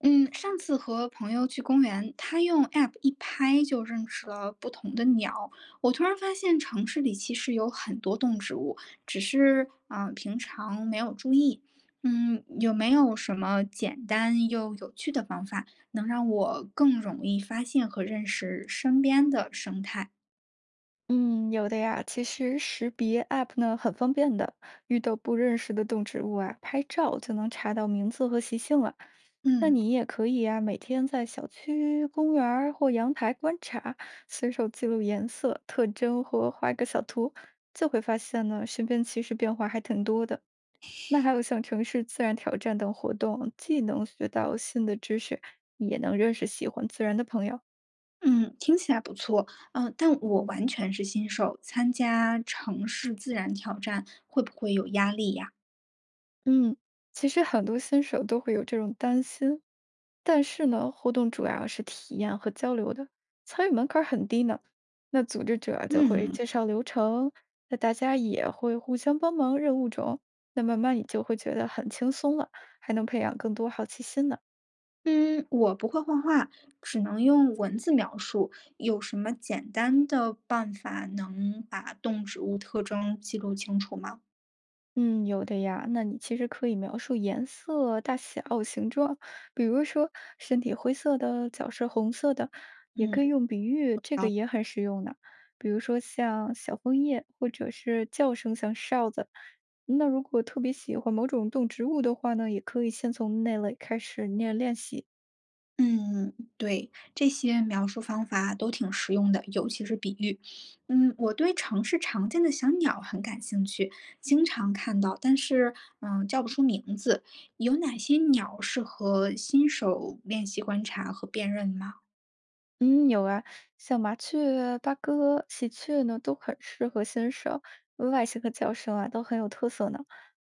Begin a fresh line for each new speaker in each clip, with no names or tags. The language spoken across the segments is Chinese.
嗯，上次和朋友去公园，他用 App 一拍就认识了不同的鸟。我突然发现城市里其实有很多动植物，只是平常没有注意。有没有什么简单又有趣的方法，能让我更容易发现和认识身边的生态？
嗯，有的呀。其实识别 App 呢很方便的，遇到不认识的动植物啊，拍照就能查到名字和习性了。那
嗯
你也可以呀，每天在小区、公园儿或阳台观察，随手记录颜色、特征或画个小图，就会发现呢，身边其实变化还挺多的。那还有像城市自然挑战等活动，既能学到新的知识，也能认识喜欢自然的朋友。
嗯，听起来不错。但我完全是新手，参加城市自然挑战会不会有压力呀？
嗯，其实很多新手都会有这种担心，但是呢，互动主要是体验和交流的，参与门槛儿很低呢。那组织者就会
嗯。
介绍流程，那大家也会互相帮忙任务中，那慢慢你就会觉得很轻松了，还能培养更多好奇心呢。
嗯，我不会画画，只能用文字描述。有什么简单的办法能把动植物特征记录清楚吗？
嗯，有的呀。那你其实可以描述颜色、大小、形状，比如说身体灰色的，脚是红色的，也可以用比喻，这个
啊。
也很实用呢。比如说像小枫叶，或者是叫声像哨子。那如果特别喜欢某种动植物的话呢，也可以先从那类开始练练习。
嗯，对，这些描述方法都挺实用的，尤其是比喻。我对城市常见的小鸟很感兴趣，经常看到，但是叫不出名字。有哪些鸟适合新手练习观察和辨认吗？
嗯，有啊，像麻雀、八哥、喜鹊呢，都很适合新手，外形和叫声啊都很有特色呢。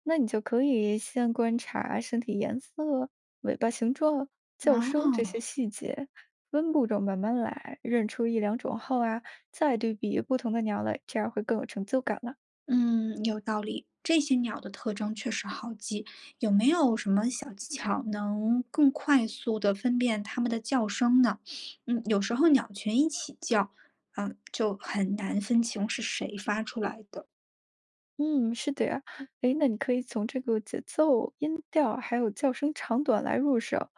那你就可以先观察身体颜色、尾巴形状、叫声这
哦。
些细节，分步骤慢慢来，认出一两种后啊，再对比不同的鸟类，这样会更有成就感了。
嗯，有道理。这些鸟的特征确实好记，有没有什么小技巧能更快速的分辨它们的叫声呢？有时候鸟群一起叫，就很难分清是谁发出来的。
嗯，是的呀。诶，那你可以从这个节奏、音调，还有叫声长短来入手。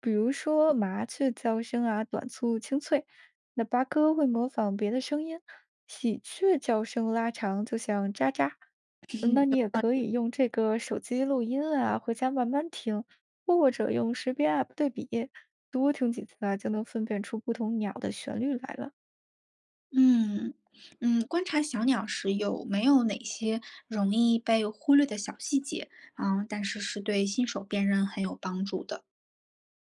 比如说麻雀叫声啊，短促清脆；那八哥会模仿别的声音，喜鹊叫声拉长，就像喳喳。嗯那你也可以用这个手机录音啊，回家慢慢听，或者用识别 App 对比，多听几次啊，就能分辨出不同鸟的旋律来了。
嗯嗯，观察小鸟时有没有哪些容易被忽略的小细节？但是是对新手辨认很有帮助的。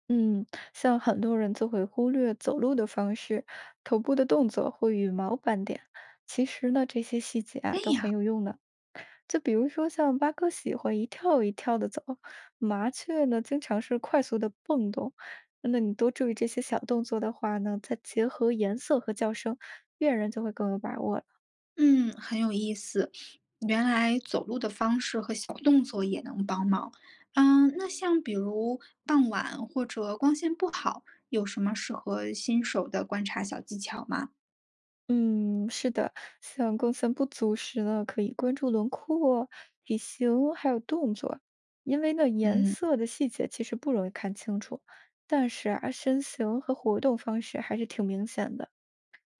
嗯，像很多人就会忽略走路的方式、头部的动作或羽毛斑点。其实呢，这些细节啊都很有用的。就比如说，像八哥喜欢一跳一跳的走，麻雀呢经常是快速的蹦动。那你多注意这些小动作的话呢，再结合颜色和叫声，辨认就会更有把握了。
嗯，很有意思。原来走路的方式和小动作也能帮忙。那像比如傍晚或者光线不好，有什么适合新手的观察小技巧吗？
嗯，是的，像光线不足时呢，可以关注轮廓、体型还有动作，因为呢颜
嗯。
色的细节其实不容易看清楚，但是啊身形和活动方式还是挺明显的。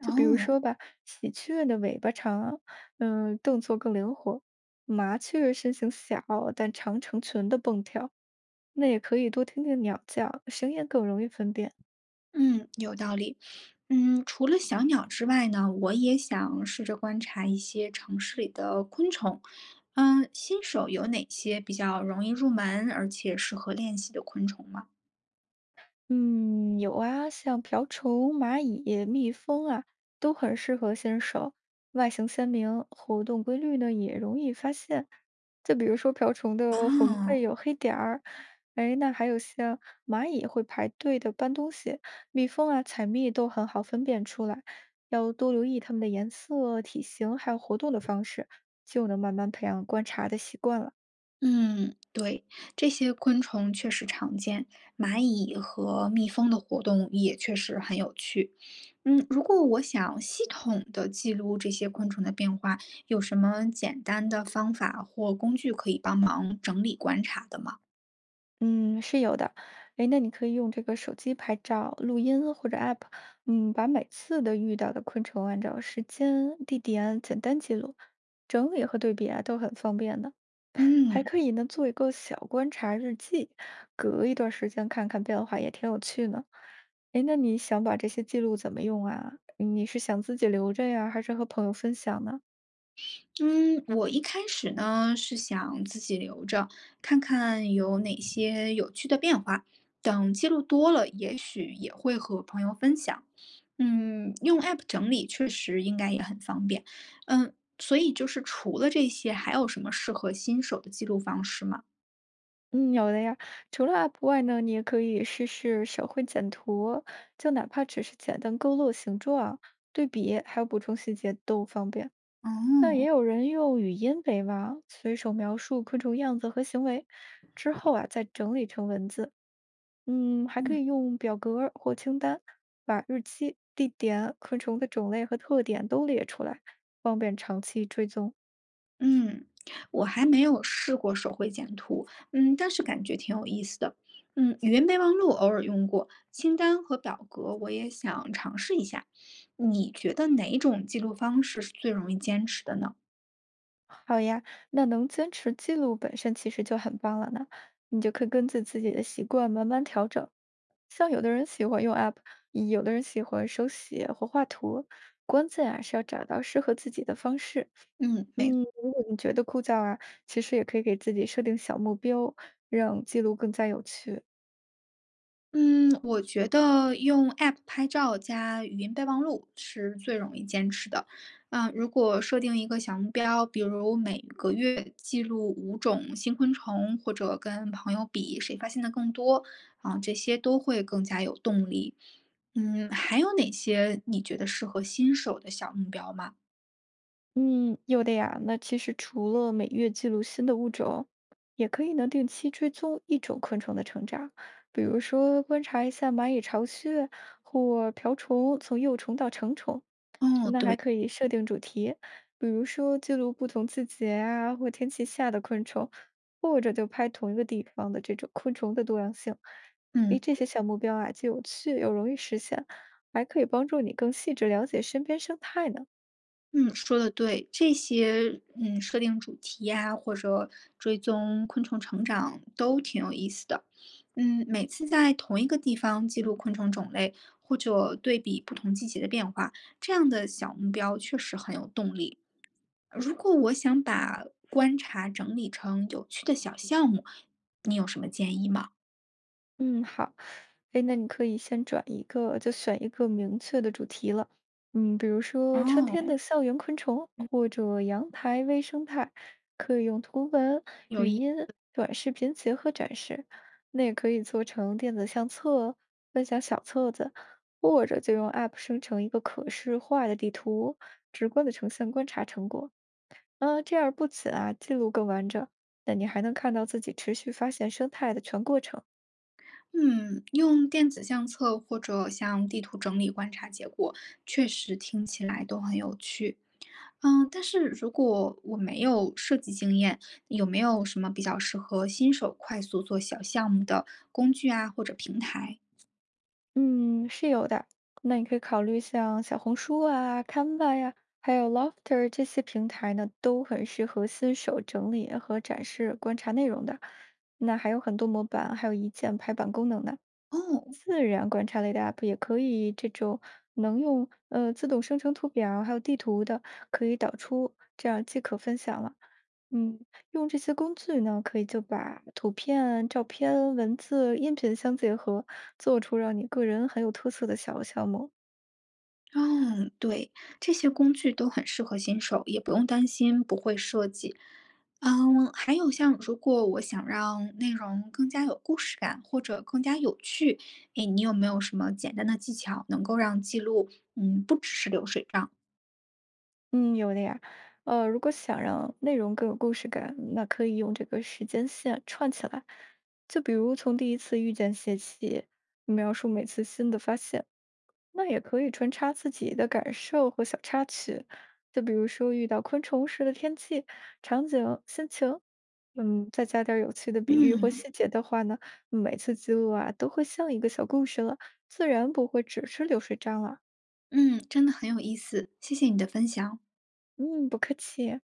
就比如
哦。
说吧，喜鹊的尾巴长，嗯，动作更灵活；麻雀身形小，但长成群的蹦跳。那也可以多听听鸟叫，声音更容易分辨。
嗯，有道理。除了小鸟之外呢，我也想试着观察一些城市里的昆虫。新手有哪些比较容易入门而且适合练习的昆虫吗？
嗯，有啊，像瓢虫、蚂蚁、蜜蜂啊，都很适合新手，外形鲜明，活动规律呢也容易发现。就比如说瓢虫的红背
哦。
有黑点儿，哎，那还有像蚂蚁会排队的搬东西，蜜蜂啊采蜜都很好分辨出来。要多留意它们的颜色、体型，还有活动的方式，就能慢慢培养观察的习惯了。
嗯，对，这些昆虫确实常见，蚂蚁和蜜蜂的活动也确实很有趣。如果我想系统的记录这些昆虫的变化，有什么简单的方法或工具可以帮忙整理观察的吗？
嗯，是有的。诶，那你可以用这个手机拍照、录音或者 App，嗯，把每次的遇到的昆虫按照时间、地点简单记录，整理和对比啊都很方便的。还
嗯。
可以呢，做一个小观察日记，隔一段时间看看变化，也挺有趣呢。诶，那你想把这些记录怎么用啊？你是想自己留着呀，还是和朋友分享呢？
嗯，我一开始呢是想自己留着，看看有哪些有趣的变化，等记录多了，也许也会和朋友分享。用 App 整理确实应该也很方便。所以就是除了这些，还有什么适合新手的记录方式吗？
嗯，有的呀。除了 App 外呢，你也可以试试手绘简图，就哪怕只是简单勾勒形状、对比，还有补充细节都方便。那也
哦。
有人用语音为王，随手描述昆虫样子和行为，之后啊再整理成文字。嗯，还可
嗯
以用表格儿或清单，把日期、地点、昆虫的种类和特点都列出来，方便长期追踪。
嗯，我还没有试过手绘简图，但是感觉挺有意思的。语音备忘录偶尔用过，清单和表格我也想尝试一下。你觉得哪种记录方式是最容易坚持的呢？
好呀，那能坚持记录本身其实就很棒了呢。你就可以根据自己的习惯慢慢调整。像有的人喜欢用 App，有的人喜欢手写或画图，关键啊是要找到适合自己的方式。
嗯，没
嗯，如果你觉得枯燥啊，其实也可以给自己设定小目标，让记录更加有趣。
嗯，我觉得用 App 拍照加语音备忘录是最容易坚持的。如果设定一个小目标，比如每个月记录五种新昆虫，或者跟朋友比谁发现的更多，啊，这些都会更加有动力。还有哪些你觉得适合新手的小目标吗？
嗯，有的呀。那其实除了每月记录新的物种，也可以呢定期追踪一种昆虫的成长，比如说观察一下蚂蚁巢穴或瓢虫从幼虫到成虫。
哦，
那还
对，
可以设定主题，比如说记录不同季节啊或天气下的昆虫，或者就拍同一个地方的这种昆虫的多样性。诶，
嗯。
这些小目标啊，既有趣又容易实现，还可以帮助你更细致了解身边生态呢。
嗯，说的对，这些设定主题呀，或者追踪昆虫成长都挺有意思的。每次在同一个地方记录昆虫种类，或者对比不同季节的变化，这样的小目标确实很有动力。如果我想把观察整理成有趣的小项目，你有什么建议吗？
嗯，好。哎，那你可以先转一个，就选一个明确的主题了。嗯，比如说春天
哦，
的校园昆虫，或者阳台微生态，可以用图文、
有
语
意
音、短视频结合展示。那也可以做成电子相册、分享小册子，或者就用 App 生成一个可视化的地图，直观的呈现观察成果。嗯，这样不仅啊记录更完整，那你还能看到自己持续发现生态的全过程。
嗯，用电子相册或者像地图整理观察结果，确实听起来都很有趣。但是如果我没有设计经验，有没有什么比较适合新手快速做小项目的工具啊，或者平台？
嗯，是有的。那你可以考虑像小红书啊、Canva 呀，还有 Lofter 这些平台呢，都很适合新手整理和展示观察内容的。那还有很多模板，还有一键排版功能呢。
哦。
自然观察类的 app 也可以，这种能用自动生成图表还有地图的，可以导出，这样即可分享了。嗯，用这些工具呢，可以就把图片、照片、文字、音频相结合，做出让你个人很有特色的小项目。
哦，对，这些工具都很适合新手，也不用担心不会设计。还有像如果我想让内容更加有故事感或者更加有趣，哎，你有没有什么简单的技巧能够让记录，不只是流水账？
嗯，有的呀。如果想让内容更有故事感，那可以用这个时间线串起来。就比如从第一次遇见写起，描述每次新的发现。那也可以穿插自己的感受和小插曲，就比如说遇到昆虫时的天气、场景、心情。嗯，再加点儿有趣的比喻或
嗯
细节的话呢，每次记录啊都会像一个小故事了，自然不会只是流水账了。
嗯，真的很有意思，谢谢你的分享。
嗯，不客气。